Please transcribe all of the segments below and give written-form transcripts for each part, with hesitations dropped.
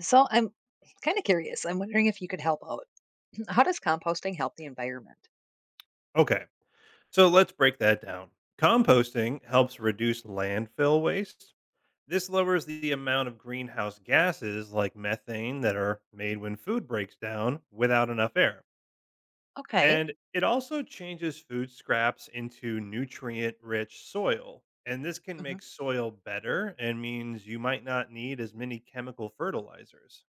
So I'm kind of curious. I'm wondering if you could help out. How does composting help the environment? Okay, so let's break that down. Composting helps reduce landfill waste. This lowers the amount of greenhouse gases like methane that are made when food breaks down without enough air. Okay. And it also changes food scraps into nutrient rich soil. And this can Hmm. make soil better and means you might not need as many chemical fertilizers.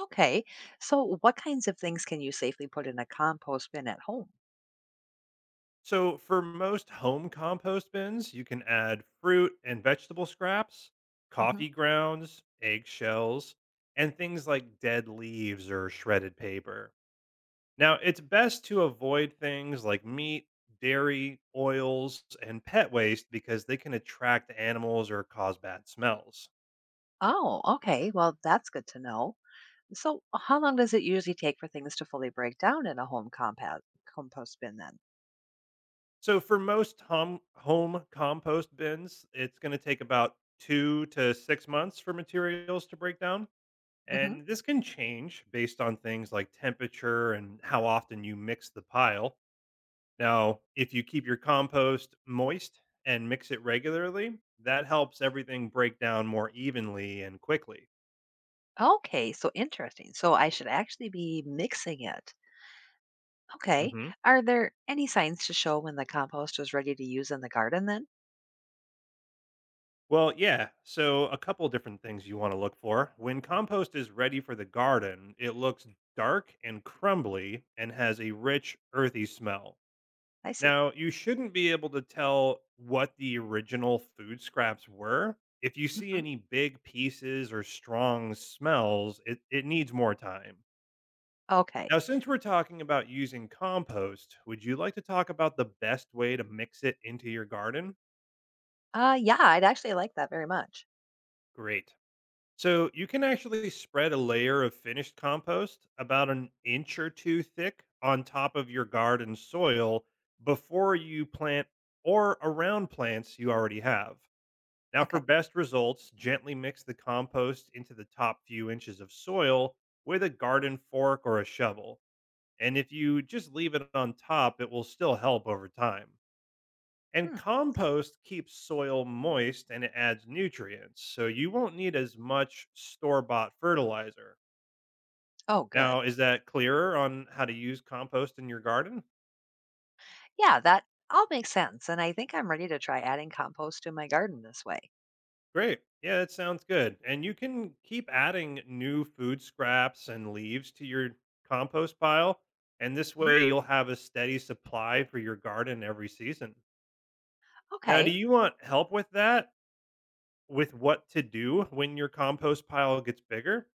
Okay. So what kinds of things can you safely put in a compost bin at home? So, for most home compost bins, you can add fruit and vegetable scraps, Hmm. coffee grounds, eggshells, and things like dead leaves or shredded paper. Now, it's best to avoid things like meat, dairy, oils, and pet waste because they can attract animals or cause bad smells. Oh, okay. Well, that's good to know. So, how long does it usually take for things to fully break down in a home compost bin then? So, for most home compost bins, it's going to take about 2 to 6 months for materials to break down. Hmm. And this can change based on things like temperature and how often you mix the pile. Now, if you keep your compost moist and mix it regularly, that helps everything break down more evenly and quickly. Okay, so interesting. So I should actually be mixing it. Okay. Hmm. Are there any signs to show when the compost is ready to use in the garden then? Well, yeah. So, a couple different things you want to look for. When compost is ready for the garden, it looks dark and crumbly and has a rich, earthy smell. I see. Now, you shouldn't be able to tell what the original food scraps were. If you see Hmm. any big pieces or strong smells, it needs more time. Okay. Now, since we're talking about using compost, would you like to talk about the best way to mix it into your garden? Yeah, I'd actually like that very much. Great. So, you can actually spread a layer of finished compost about an inch or two thick on top of your garden soil before you plant or around plants you already have. Now, Okay. for best results, gently mix the compost into the top few inches of soil with a garden fork or a shovel. And if you just leave it on top, it will still help over time. And Hmm. compost keeps soil moist and it adds nutrients, so you won't need as much store bought fertilizer. Oh, Now, good. is that clearer on how to use compost in your garden? Yeah, that all makes sense and I think I'm ready to try adding compost to my garden this way. Great. Yeah, that sounds good. And you can keep adding new food scraps and leaves to your compost pile. And this Mhm. way you'll have a steady supply for your garden every season. Now, do Okay. you want help with that? With what to do when your compost pile gets bigger?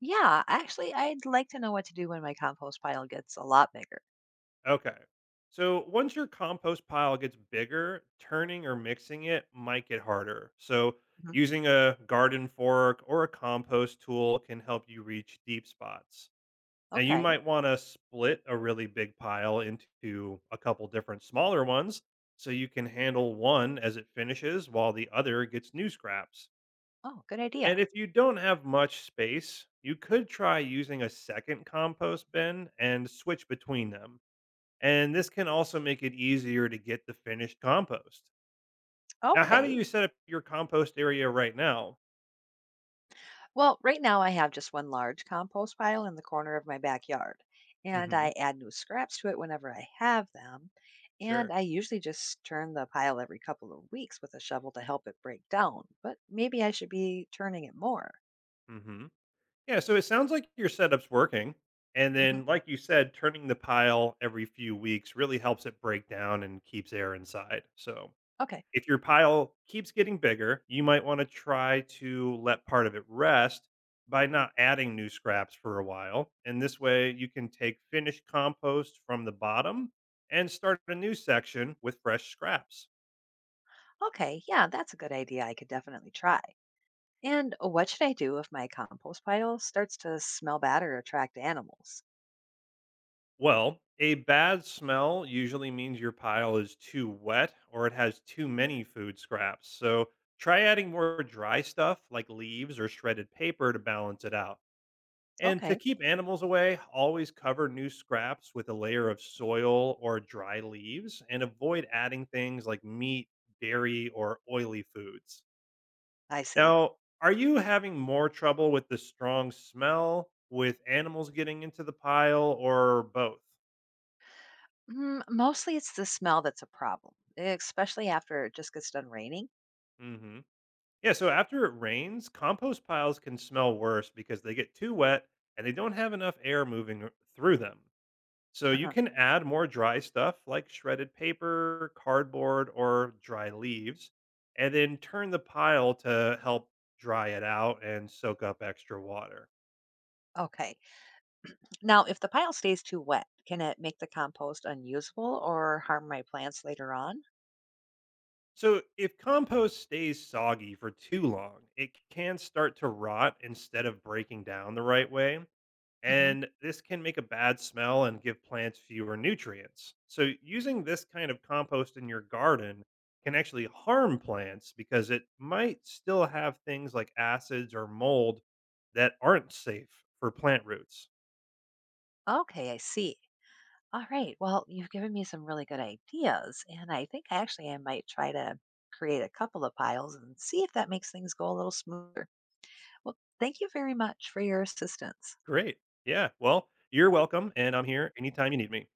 Yeah, actually, I'd like to know what to do when my compost pile gets a lot bigger. Okay. So, once your compost pile gets bigger, turning or mixing it might get harder. So, Hmm. using a garden fork or a compost tool can help you reach deep spots. Now you Okay. might want to split a really big pile into a couple different smaller ones so you can handle one as it finishes while the other gets new scraps. Oh, good idea. And if you don't have much space, you could try using a second compost bin and switch between them. And this can also make it easier to get the finished compost. Now, how do Okay. you set up your compost area right now? Well, right now I have just one large compost pile in the corner of my backyard, and Hmm. I add new scraps to it whenever I have them. And Sure. I usually just turn the pile every couple of weeks with a shovel to help it break down, but maybe I should be turning it more. Hmm. Yeah, so it sounds like your setup's working. And Hmm. then, like you said, turning the pile every few weeks really helps it break down and keeps air inside. So, Okay. if your pile keeps getting bigger, you might want to try to let part of it rest by not adding new scraps for a while. And this way, you can take finished compost from the bottom and start a new section with fresh scraps. Okay. Yeah, that's a good idea. I could definitely try. And what should I do if my compost pile starts to smell bad or attract animals? Well, a bad smell usually means your pile is too wet or it has too many food scraps. So try adding more dry stuff like leaves or shredded paper to balance it out. And to Okay. keep animals away, always cover new scraps with a layer of soil or dry leaves and avoid adding things like meat, dairy, or oily foods. I see. Now, are you having more trouble with the strong smell, with animals getting into the pile, or both? Mostly it's the smell that's a problem, especially after it just gets done raining. Mm hmm. Yeah, so after it rains, compost piles can smell worse because they get too wet and they don't have enough air moving through them. So you Uh-huh. can add more dry stuff like shredded paper, cardboard, or dry leaves, and then turn the pile to help dry it out and soak up extra water. Okay. Now, if the pile stays too wet, can it make the compost unusable or harm my plants later on? So if compost stays soggy for too long, it can start to rot instead of breaking down the right way. Hmm. And this can make a bad smell and give plants fewer nutrients. So, using this kind of compost in your garden can actually harm plants because it might still have things like acids or mold that aren't safe for plant roots. Okay, I see. All right. Well, you've given me some really good ideas, and I think actually I might try to create a couple of piles and see if that makes things go a little smoother. Well, thank you very much for your assistance. Great. Yeah, well, you're welcome, and I'm here anytime you need me.